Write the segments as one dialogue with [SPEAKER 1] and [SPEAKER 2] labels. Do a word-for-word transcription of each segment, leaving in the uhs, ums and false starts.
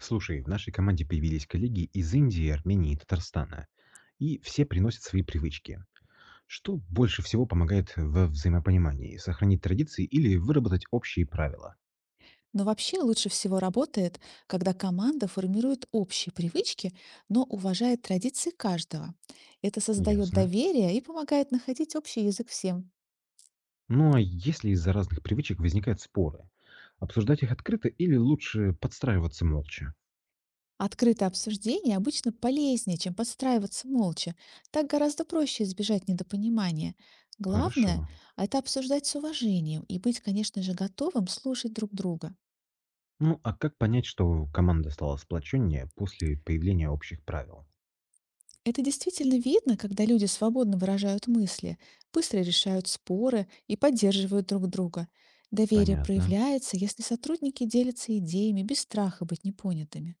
[SPEAKER 1] Слушай, в нашей команде появились коллеги из Индии, Армении и Татарстана. И все приносят свои привычки. Что больше всего помогает во взаимопонимании? Сохранить традиции или выработать общие правила?
[SPEAKER 2] Но вообще лучше всего работает, когда команда формирует общие привычки, но уважает традиции каждого. Это создает
[SPEAKER 1] Ясно.
[SPEAKER 2] доверие и помогает находить общий язык всем.
[SPEAKER 1] Ну а если из-за разных привычек возникают споры? Обсуждать их открыто или лучше подстраиваться молча?
[SPEAKER 2] Открытое обсуждение обычно полезнее, чем подстраиваться молча. Так гораздо проще избежать недопонимания. Главное–
[SPEAKER 1] Хорошо.
[SPEAKER 2] это обсуждать с уважением и быть, конечно же, готовым слушать друг друга.
[SPEAKER 1] Ну а как понять, что команда стала сплоченнее после появления общих правил?
[SPEAKER 2] Это действительно видно, когда люди свободно выражают мысли, быстро решают споры и поддерживают друг друга. Доверие
[SPEAKER 1] Понятно.
[SPEAKER 2] проявляется, если сотрудники делятся идеями без страха быть непонятыми.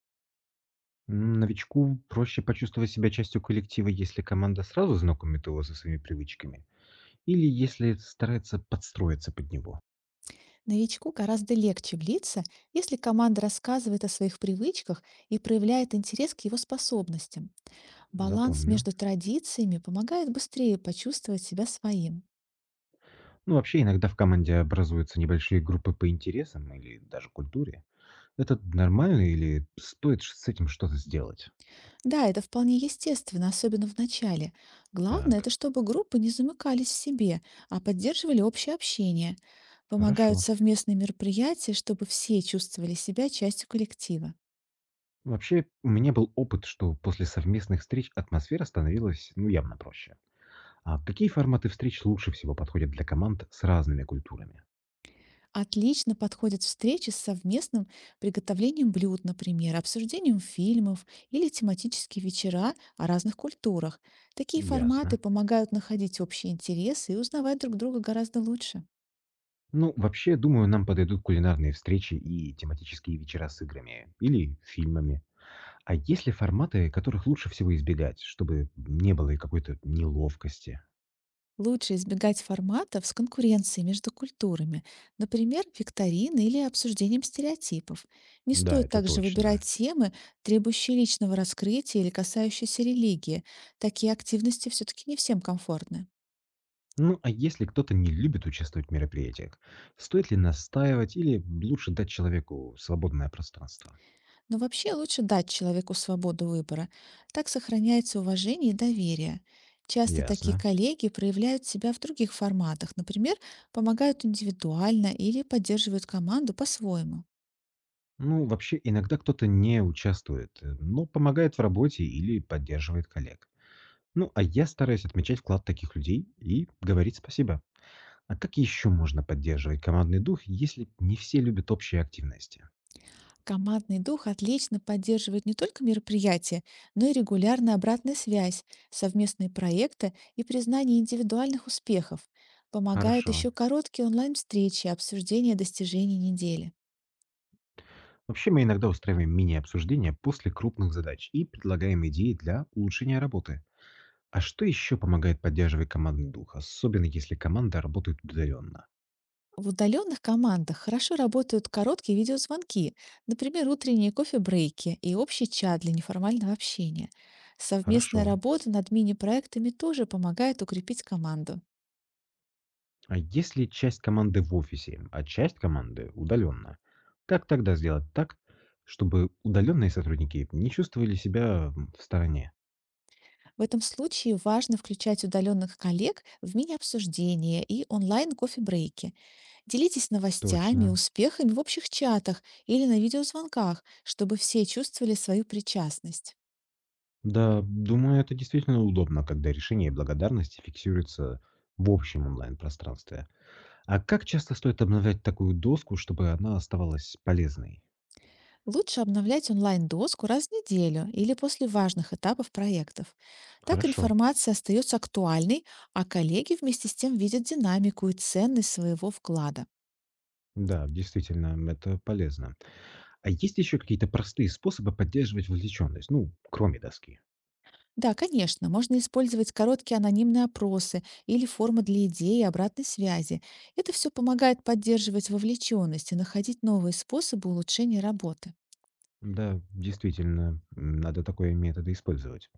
[SPEAKER 1] М, Новичку проще почувствовать себя частью коллектива, если команда сразу знакомит его со своими привычками, или если старается подстроиться под него.
[SPEAKER 2] Новичку гораздо легче влиться, если команда рассказывает о своих привычках и проявляет интерес к его способностям. Баланс
[SPEAKER 1] Запомню.
[SPEAKER 2] между традициями помогает быстрее почувствовать себя своим.
[SPEAKER 1] Ну, вообще, иногда в команде образуются небольшие группы по интересам или даже культуре. Это нормально или стоит ш- с этим что-то сделать?
[SPEAKER 2] Да, это вполне естественно, особенно в начале. Главное,
[SPEAKER 1] Так,
[SPEAKER 2] это чтобы группы не замыкались в себе, а поддерживали общее общение. Помогают
[SPEAKER 1] хорошо.
[SPEAKER 2] совместные мероприятия, чтобы все чувствовали себя частью коллектива.
[SPEAKER 1] Вообще, у меня был опыт, что после совместных встреч атмосфера становилась, ну, явно проще. А какие форматы встреч лучше всего подходят для команд с разными культурами?
[SPEAKER 2] Отлично подходят встречи с совместным приготовлением блюд, например, обсуждением фильмов или тематические вечера о разных культурах. Такие форматы
[SPEAKER 1] Ясно.
[SPEAKER 2] помогают находить общие интересы и узнавать друг друга гораздо лучше.
[SPEAKER 1] Ну, вообще, думаю, нам подойдут кулинарные встречи и тематические вечера с играми или фильмами. А есть ли форматы, которых лучше всего избегать, чтобы не было и какой-то неловкости?
[SPEAKER 2] Лучше избегать форматов с конкуренцией между культурами, например, викторины или обсуждением стереотипов. Не
[SPEAKER 1] Да,
[SPEAKER 2] стоит
[SPEAKER 1] это
[SPEAKER 2] также выбирать
[SPEAKER 1] точно.
[SPEAKER 2] темы, требующие личного раскрытия или касающиеся религии. Такие активности все-таки не всем комфортны.
[SPEAKER 1] Ну, а если кто-то не любит участвовать в мероприятиях, стоит ли настаивать или лучше дать человеку свободное пространство?
[SPEAKER 2] Но вообще лучше дать человеку свободу выбора. Так сохраняется уважение и доверие. Часто такие
[SPEAKER 1] Ясно.
[SPEAKER 2] коллеги проявляют себя в других форматах, например, помогают индивидуально или поддерживают команду по-своему.
[SPEAKER 1] Ну, вообще, иногда кто-то не участвует, э, но помогает в работе или поддерживает коллег. Ну, а я стараюсь отмечать вклад таких людей и говорить спасибо. А как еще можно поддерживать командный дух, если не все любят общие активности?
[SPEAKER 2] Командный дух отлично поддерживает не только мероприятия, но и регулярная обратная связь, совместные проекты и признание индивидуальных успехов. Помогают
[SPEAKER 1] Хорошо.
[SPEAKER 2] еще короткие онлайн-встречи, обсуждение достижений недели.
[SPEAKER 1] Вообще мы иногда устраиваем мини-обсуждения после крупных задач и предлагаем идеи для улучшения работы. А что еще помогает поддерживать командный дух, особенно если команда работает удаленно?
[SPEAKER 2] В удаленных командах хорошо работают короткие видеозвонки, например, утренние кофе-брейки и общий чат для неформального общения.
[SPEAKER 1] Хорошо.
[SPEAKER 2] Совместная работа над мини-проектами тоже помогает укрепить команду.
[SPEAKER 1] А если часть команды в офисе, а часть команды удаленно, как тогда сделать так, чтобы удаленные сотрудники не чувствовали себя м, в стороне?
[SPEAKER 2] В этом случае важно включать удаленных коллег в мини-обсуждения и онлайн-кофе-брейки. Делитесь новостями,
[SPEAKER 1] Точно.
[SPEAKER 2] успехами в общих чатах или на видеозвонках, чтобы все чувствовали свою причастность.
[SPEAKER 1] Да, думаю, это действительно удобно, когда решение и благодарности фиксируются в общем онлайн-пространстве. А как часто стоит обновлять такую доску, чтобы она оставалась полезной?
[SPEAKER 2] Лучше обновлять онлайн-доску раз в неделю или после важных этапов проектов. Так
[SPEAKER 1] Хорошо.
[SPEAKER 2] информация остается актуальной, а коллеги вместе с тем видят динамику и ценность своего вклада.
[SPEAKER 1] Да, действительно, это полезно. А есть еще какие-то простые способы поддерживать вовлеченность, ну, кроме доски?
[SPEAKER 2] Да, конечно, можно использовать короткие анонимные опросы или формы для идей и обратной связи. Это все помогает поддерживать вовлеченность и находить новые способы улучшения работы.
[SPEAKER 1] Да, действительно, м, надо такое методы использовать.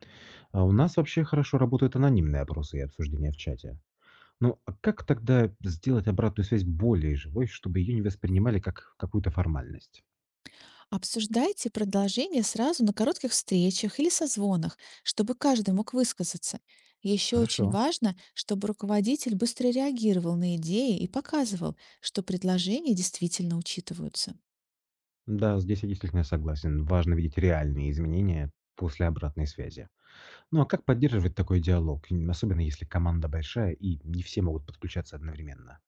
[SPEAKER 1] А у нас вообще хорошо работают анонимные опросы и обсуждения в чате. Ну, а как тогда сделать обратную связь более живой, чтобы ее не воспринимали как какую-то формальность?
[SPEAKER 2] Обсуждайте продолжение сразу на коротких встречах или созвонах, чтобы каждый мог высказаться. Еще очень
[SPEAKER 1] Хорошо.
[SPEAKER 2] важно, чтобы руководитель быстро реагировал на идеи и показывал, что предложения действительно учитываются.
[SPEAKER 1] Да, здесь я действительно согласен. Важно видеть реальные изменения после обратной связи. Ну а как поддерживать такой диалог, м, особенно если команда большая и не все могут подключаться одновременно?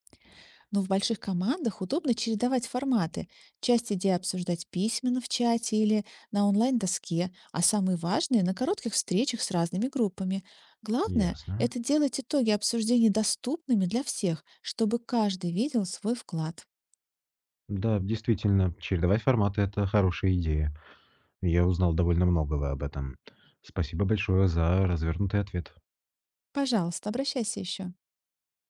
[SPEAKER 2] Но в больших командах удобно чередовать форматы. Часть идей обсуждать письменно в чате или на онлайн-доске, а самые важные– на коротких встречах с разными группами. Главное–
[SPEAKER 1] Ясно.
[SPEAKER 2] это делать итоги обсуждений доступными для всех, чтобы каждый видел свой вклад.
[SPEAKER 1] Да, действительно, чередовать форматы– это хорошая идея. Я узнал довольно многого об этом. Спасибо большое за развернутый ответ.
[SPEAKER 2] Пожалуйста, обращайся еще.